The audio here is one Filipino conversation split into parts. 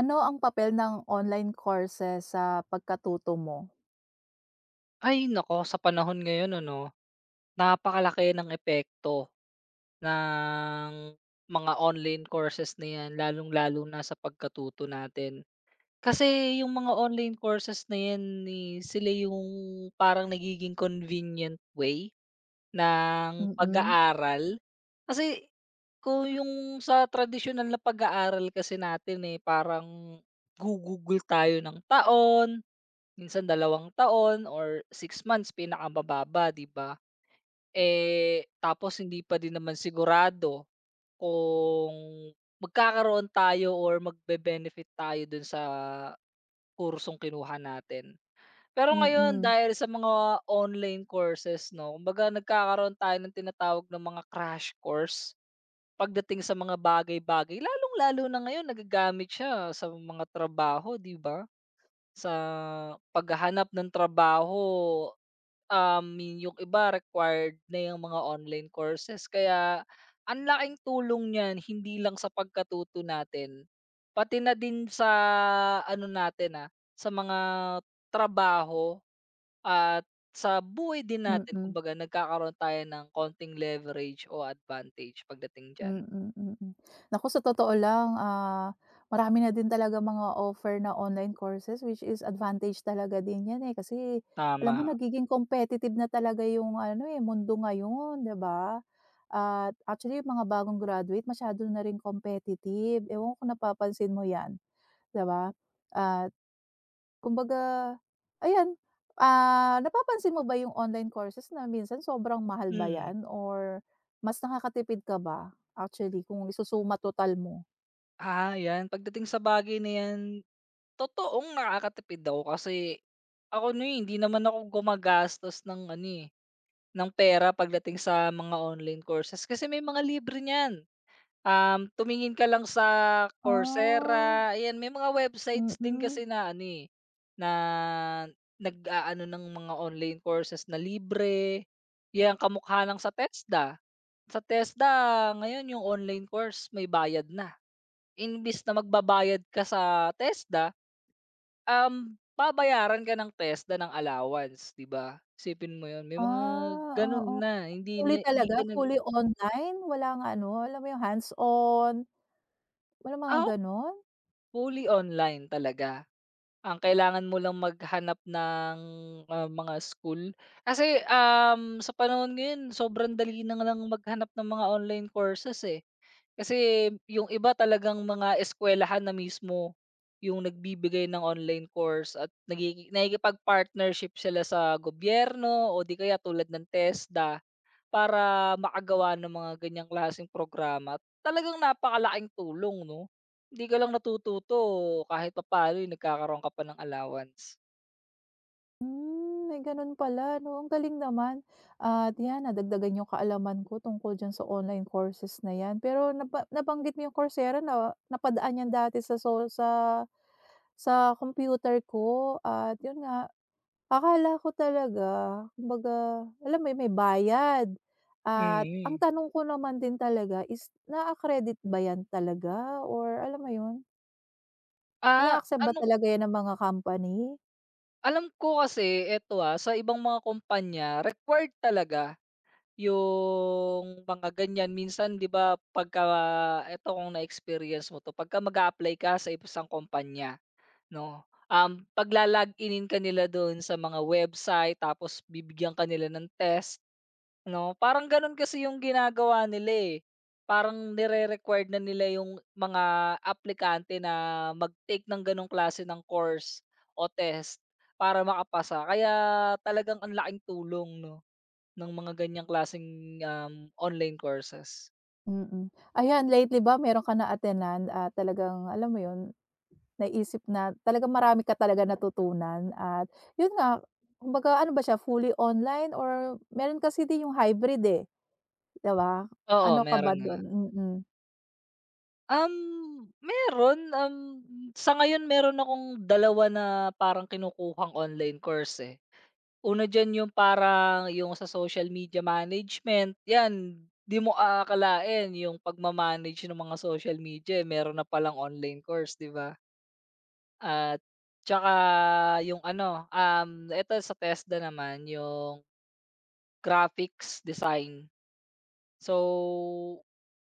Ano ang papel ng online courses sa pagkatuto mo? Ay naku, sa panahon ngayon ano, napakalaki ng epekto ng mga online courses na 'yan lalong-lalo na sa pagkatuto natin. Kasi yung mga online courses na 'yan, eh, sila yung parang nagiging convenient way ng Mm, pag-aaral. Kasi kung yung sa tradisyonal na pag-aaral kasi natin, eh, parang tayo ng taon, minsan 2 taon or 6 months pinakamababa, 'di ba? Eh, tapos hindi pa din naman sigurado kung magkakaroon tayo or magbe-benefit tayo dun sa kursong kinuha natin. Pero ngayon mm, dahil sa mga online courses 'no, kumbaga nagkakaroon tayo ng tinatawag na mga crash course pagdating sa mga bagay-bagay. Lalong-lalo na ngayon nagagamit siya sa mga trabaho, 'di ba? Sa paghahanap ng trabaho. Yung iba required na yung mga online courses kaya ang laking tulong niyan hindi lang sa pagkatuto natin, pati na din sa ano natin, sa mga trabaho at sa buhay din natin mm, kumbaga nagkakaroon tayo ng konting leverage o advantage pagdating diyan. mm, mm. Naku, sa totoo lang, marami na din talaga mga offer na online courses which is advantage talaga din 'yan, eh, kasi alam mo Tama, nagiging competitive na talaga yung ano, eh, mundo ngayon, 'di ba? At actually yung mga bagong graduate masyado na rin competitive, ewan ko kung napapansin mo 'yan, 'di ba? At kumbaga, ayan, napapansin mo ba yung online courses na minsan sobrang mahal ba mm. yan, or mas nakakatipid ka ba actually kung isusuma total mo? Ah, 'yan pagdating sa bagay na 'yan, totoong nakakatipid ako kasi ako ano, eh, hindi naman ako gumagastos ng ano, eh, ng pera pagdating sa mga online courses kasi may mga libre niyan. Tumingin ka lang sa Ah, Coursera, ayan may mga websites din mm. kasi na ano, eh, na nag-aano ng mga online courses na libre, 'yan kamukha ng sa TESDA. Sa TESDA ngayon yung online course may bayad na, inbis na magbabayad ka sa TESDA. Babayaran ka ng TESDA ng allowance, 'di ba? Isipin mo yon. May mga Ah, gano'n oo. Fully na hindi talaga, ka fully online? Walang ano, alam mo yung hands-on, walang mga ah, gano'n? fully online talaga. Ang kailangan mo lang maghanap ng, mga school. Kasi, sa panahon ngayon sobrang dali na lang maghanap ng mga online courses, eh. Kasi yung iba talagang mga eskuwelahan na mismo yung nagbibigay ng online course at nakikipag-partnership sila sa gobyerno o di kaya tulad ng TESDA para makagawa ng mga ganyang klaseng programa. Talagang napakalaking tulong 'no? Hindi ka lang natututo kahit papaano, eh, nagkakaroon ka pa ng allowance. Hmm, may gano'n pala 'no, ang galing naman. At 'yan, nadagdagan yung kaalaman ko tungkol diyan sa online courses na 'yan. Pero nabanggit mo yung Coursera na napadaan 'yan dati sa so sa computer ko, at 'yun nga, akala ko talaga kumbaga alam mo 'yun, may bayad. At ang Mm. tanong ko naman din talaga is na credit ba 'yan talaga, or alam mo 'yun, Ah, ina-accept ba ano, talaga 'yan ng mga company? alam ko kasi eto, sa ibang mga kumpanya required talaga. Yung mga ganyan minsan 'di ba, pagka eto kung na-experience mo 'to, pagka mag-a-apply ka sa isang kumpanya 'no, pagla-loginin ka nila dun sa mga website tapos bibigyan ka nila ng test 'no, parang ganun kasi yung ginagawa nila, eh. Parang nire-required na nila yung mga aplikante na mag-take ng ganong klase ng course o test para makapasa. Kaya talagang ang laking tulong 'no. Ng mga ganyang klaseng, online courses? Mm. Ayan, lately ba meron ka na-attenan at talagang alam mo 'yun, naisip na talagang marami ka talaga natutunan, at 'yun nga, kumbaga ano ba siya, fully online or meron kasi din yung hybrid, eh, 'di ba? Oo, Ano oo. ka ba Meron nga. dun? Mm. Um, meron, sa ngayon meron akong dalawa na parang kinukuhang online course, eh. Una diyan yung parang yung sa social media management, 'yan. 'Di mo aakalain yung ng mga social media, eh, meron na palang online course, 'di ba? At tsaka yung ano, eto sa TESDA naman yung graphics design. So,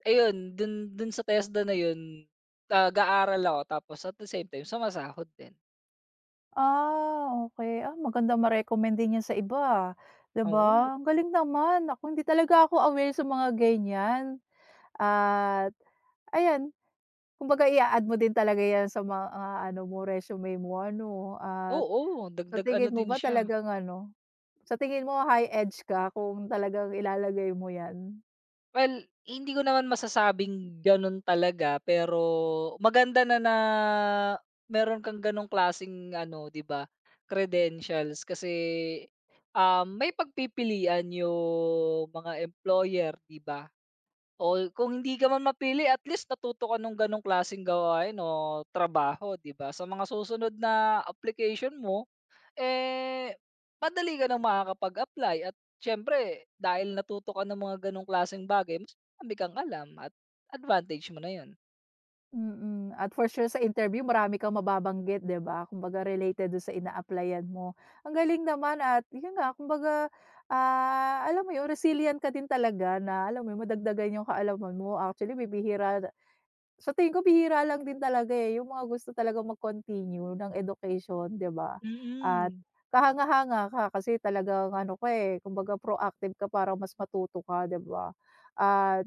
ayun, dun dun sa TESDA na yun, nag-aaral ako tapos at the same time sumasahod din. Ah, okey. Ah, maganda ma-recommend din 'yan sa iba, 'di Oo, ba? Ang galing naman. Naku, hindi talaga ako aware sa mga ganiyan, at ayan, kumbaga ia-add mo din talaga 'yan sa mga ano mo, resume mo ano, at oo, sa dagdag ano tingin mo din ba siya. talagang ano, sa tingin mo high edge ka kung talagang ilalagay mo 'yan? Well, hindi ko naman masasabing ganun talaga pero maganda na na meron kang ganong klaseng ano, 'di ba, credentials kasi, may pagpipilian yung mga employer, 'di ba? Oo, kung hindi ka man mapili at least natuto ka nung ganong klaseng gawain o trabaho, 'di ba? Sa mga susunod na application mo, eh, madali ka ng makakapag-apply at siyempre dahil natuto ka ng mga ganong klaseng bagay, mas marami kang alam at advantage mo na yon. Mm, at for sure sa interview marami kang mababanggit, 'di ba, kumbaga related dun sa ina-applyan mo. Ang galing naman, at yun nga kumbaga, alam mo yun, resilient ka din talaga, na alam mo yun, madagdagan yung kaalaman mo. Actually bibihira. Sa tingin ko bihira lang din talaga, eh, yung mga gusto talagang mag-continue ng education, 'di ba? At Mm. kahanga-hanga ka, kasi talagang ano ka, eh, kumbaga proactive ka para mas matuto ka, 'di ba? At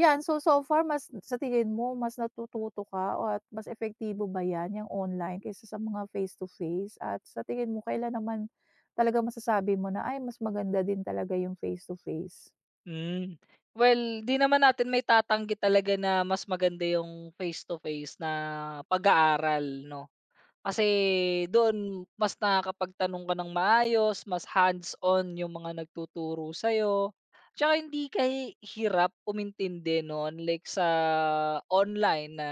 'yan, so far, mas sa tingin mo mas natututo ka, o at mas epektibo ba 'yan, yang online kaysa sa mga face to face? At sa tingin mo kailan naman talaga masasabi mo na, "Ay, mas maganda din talaga yung face to face"? Hmm. Well, 'di naman natin maitatanggi talaga na mas maganda yung face to face na pag-aaral, 'no? Kasi doon mas nakakapagtanong ka ng maayos, mas hands-on yung mga nagtuturo sa'yo, tsaka hindi ka hirap umintindi no, unlike sa online na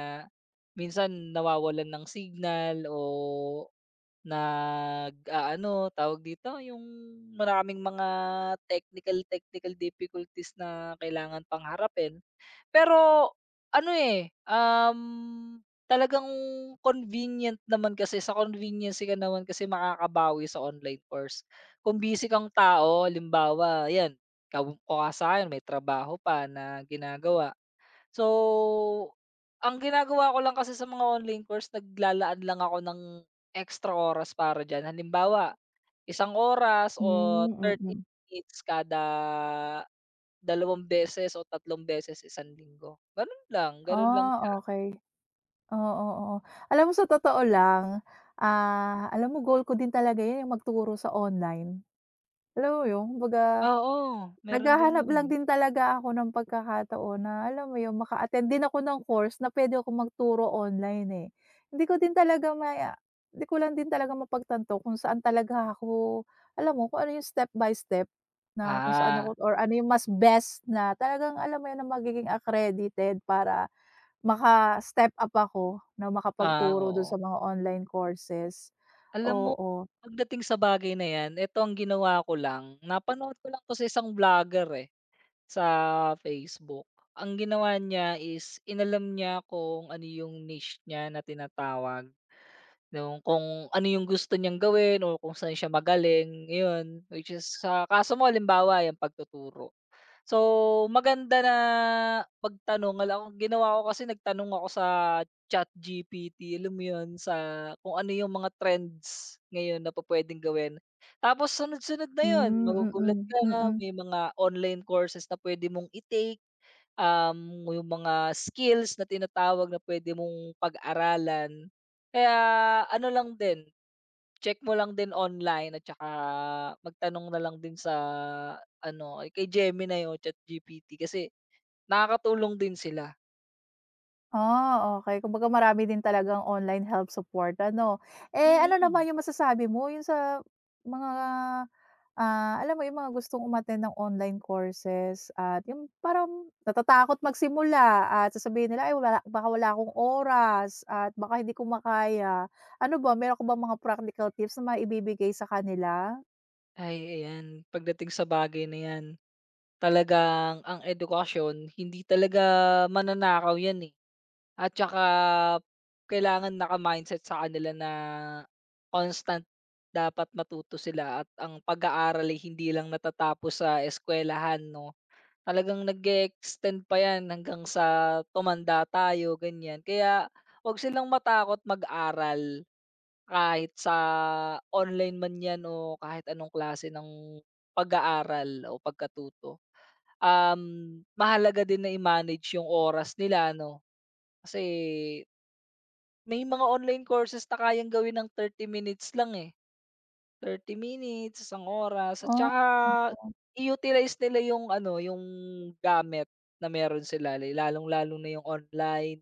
minsan nawawalan ng signal o nag-aano, tawag dito, yung maraming mga technical, technical difficulties na kailangan pang harapin. Pero ano, eh, talagang convenient naman kasi sa convenience ka naman kasi makakabawi sa online course. Kung busy kang tao limbawa 'yan, kaw ka sa'kin may trabaho pa na ginagawa. So, ang ginagawa ko lang kasi sa mga online course naglalaan lang ako ng extra oras para diyan. Halimbawa, 1 oras o Hmm, thirty mm. minutes kada 2 beses o 3 beses 1 linggo. Gano'n lang Ah, siya. okay. Oo, oo. Alam mo sa totoo lang, alam mo goal ko din talaga 'yan, yung magturo sa online. Alam mo yun, kumbaga Oo, meron din naghahanap no'n. lang din talaga ako ng pagkakataon na alam mo yun, maka-attend din ako ng course na puwede akong magturo online, eh. Hindi ko din talaga maya hindi ko lang din talaga mapagtanto kung saan talaga ako, alam mo, kung ano yung step by step na kung saan Ah, ako, or ano yung mas best, na talagang alam mo yun, na magiging accredited para maka-step up ako na ah, makapagturo dun oo. sa mga online courses. Alam mo Oo. pagdating sa bagay na 'yan, eto ang ginawa ko lang, napanood ko lang 'to sa isang vlogger, eh. Sa Facebook. Ang ginawa niya is inalam niya kung ano yung niche niya na tinatawag, yung kung ano yung gusto niyang gawin o kung saan siya magaling, iyon. Which is sa kaso mo halimbawa 'yang pagtuturo. So, maganda na magtanong, alam ang ginawa ko kasi nagtanong ako sa ChatGPT, alam mo 'yun, sa kung ano yung mga trends ngayon na pupuwedeng gawin. Tapos sunod-sunod na 'yun, Hmm, magugulat mm, ka, mm. may mga online courses na pwede mong i-take, yung mga skills na tinatawag na pwede mong pag-aralan. Kaya ano lang din, check mo lang din online at saka magtanong na lang din sa ano, ay kay Gemini o ChatGPT kasi nakakatulong din sila. Ah, okey. Kumbaga marami din talagang online help support ano. Eh, ano Mm. naman yung masasabi mo yun sa mga, alam mo yung mga gustong umattend ng online courses at yung parang natatakot magsimula at sasabihin nila, "Ay, wala, baka wala akong oras at baka hindi ko makaya." Ano ba, meron ka bang mga practical tips na maibibigay sa kanila? Ay, ayan pagdating sa bagay na 'yan, talagang ang edukasyon hindi talaga mananakaw 'yan, eh, at saka kailangan naka-mindset sa kanila na constant dapat matuto sila at ang pag-aaral ay hindi lang natatapos sa eskuwelahan 'no. Talagang nag extend pa 'yan hanggang sa tumanda tayo, ganyan. Kaya 'wag silang matakot mag-aral kahit sa online man 'yan o kahit anong klase ng pag-aaral o pagkatuto. Mahalaga din na i-manage yung oras nila 'no, kasi may mga online courses na kayang gawin ng 30 minutes lang, eh. Thirty minutes, 1 oras at Oh, saka oo. i-utilize nila yung ano, yung gamit na meron sila lalong-lalo na yung online,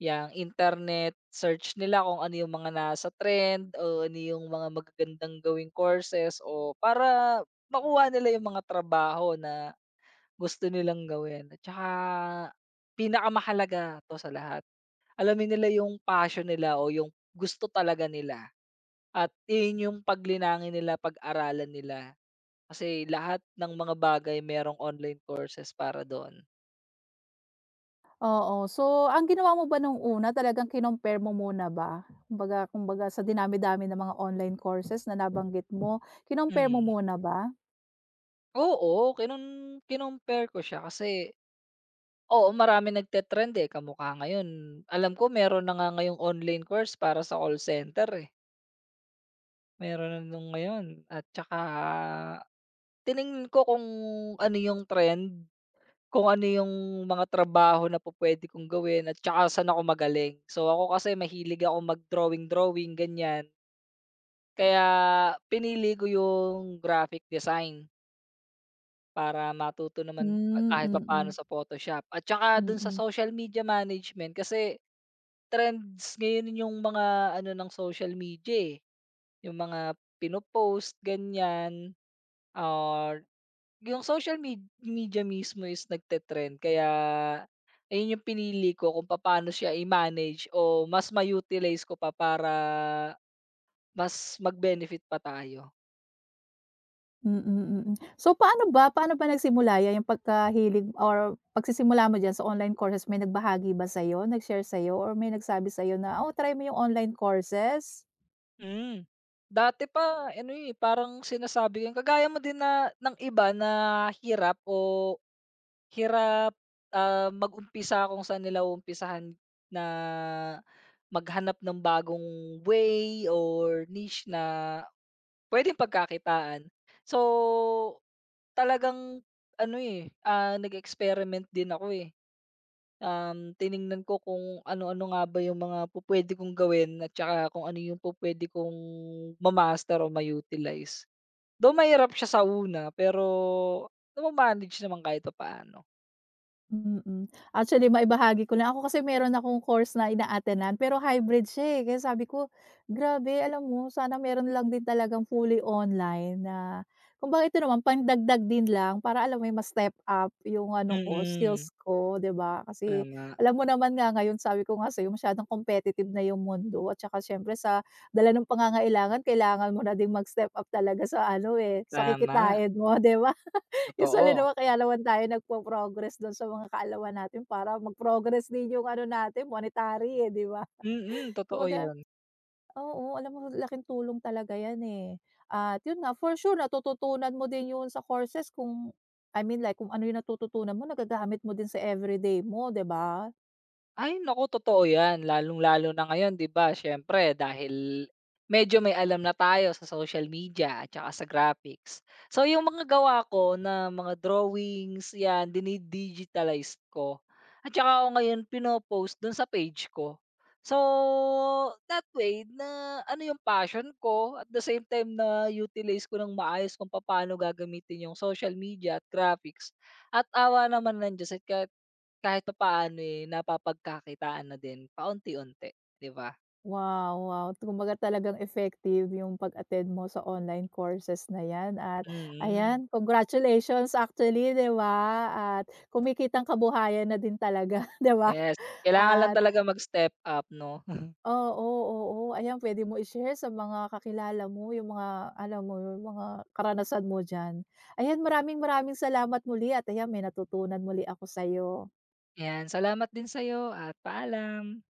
yung internet, search nila kung ano yung mga nasa trend o ano yung mga magagandang gawing courses o para makuha nila yung mga trabaho na gusto nilang gawin at saka pinakamahalaga 'to sa lahat, alamin nila yung passion nila o yung gusto talaga nila. At iyon yung paglinangin nila, pag-aralan nila. Kasi lahat ng mga bagay merong online courses para doon. Oo. So, ang ginawa mo ba nung una, talagang kinumpare mo muna ba? Kumbaga, kumbaga sa dinami-dami ng mga online courses na nabanggit mo, kinumpare mo Hmm, muna ba? oo, kinompare ko siya kasi oo, marami nagte-trend, eh, kamukha ngayon alam ko meron na nga ngayong online course para sa call center, eh, meron na nung ngayon at tsaka tiningin ko kung ano yung trend. Kung ano yung mga trabaho na po pwede kong gawin at tsaka saan ako magaling. So, ako kasi mahilig ako mag-drawing-drawing, ganyan. Kaya pinili ko yung graphic design para matuto naman Hmm, kahit papaano mm. sa Photoshop at tsaka dun sa Mm. social media management kasi trends ngayon yung mga ano ng social media, eh, yung mga pinopost ganyan, or yung social media mismo is nagte-trend kaya ayun yung pinili ko kung papaano siya i-manage o mas ma-utilize ko pa para mas mag-benefit pa tayo. Mm, mm. Mm. So, paano ba nagsimula 'yan, yung pagkahilig or pagsisimula mo diyan sa online courses? May nagbahagi ba sa'yo, nag-share sa'yo, or may nagsabi sa'yo na, "Oh, try mo yung online courses?" Hmm. Dati pa ano, eh, parang sinasabi ko kagaya mo din na ng iba na hirap o hirap, mag-umpisa kung saan nila umpisahan na maghanap ng bagong way or niche na puwedeng pagkakitaan. So, talagang ano, eh, nag-experiment din ako, eh. Tiningnan ko kung ano-ano nga ba yung mga pupuwede kong gawin at tsaka kung ano yung pupuwede kong ma-master o ma-utilize. Though mahirap siya sa una, pero nama-manage naman kahit papaano. Mm. Actually maibahagi ko lang, ako kasi meron akong course na ina-attend-nan, pero hybrid siya, eh. Kaya sabi ko, "Grabe, alam mo, sana meron lang din talagang fully online na kumbaga ito naman pandagdag din lang, para alam mo yun, ma-step up yung ano ko, Mm. skills ko." 'Di ba? Kasi Tama, alam mo naman nga ngayon, sabi ko nga sa'yo, masyadong competitive na yung mundo, at saka siyempre sa dala ng pangangailangan kailangan mo na ding mag-step up talaga sa ano, eh, sa tama, kikitain mo, 'di ba? Usually totoo. naman kaya naman tayo nagpo-progress don sa mga kaalaman natin, para mag-progress din yung ano natin monetary, eh, 'di ba? Mm, totoo Kumbaga 'yan. oo, alam mo, laking tulong talaga 'yan, eh. At yun nga, for sure natututunan mo din yun sa courses. Kung I mean like kung ano yung natututunan mo, nagagamit mo din sa everyday mo, 'di ba? Ay naku, totoo 'yan. Lalong-lalo na ngayon 'di ba, siyempre dahil medyo may alam na tayo sa social media at saka sa graphics. So, yung mga gawa ko na mga drawings 'yan, dinidigitalize ko at saka ako ngayon pinopost dun sa page ko. So, that way na ano yung passion ko at the same time na-utilize ko ng maayos kung paano gagamitin yung social media at graphics at awa naman ng Diyos, ka kahit papaano, eh, napapagkakitaan na din paunti-unti, 'di ba? Wow, wow. Kumbaga talagang effective yung pag-attend mo sa online courses na 'yan, at Mm, ayan, congratulations actually, 'di ba? At kumikitang kabuhayan na din talaga, 'di ba? yes. Kailangan lang At talaga mag-step up 'no? oo, oo. Oo. Ayan, puwede mo i-share sa mga kakilala mo yung mga alam mo yung mga karanasan mo diyan. Ayan, maraming maraming salamat muli, at ayan, may natutunan muli ako sa'yo. 'Yan, salamat din sa'yo at paalam.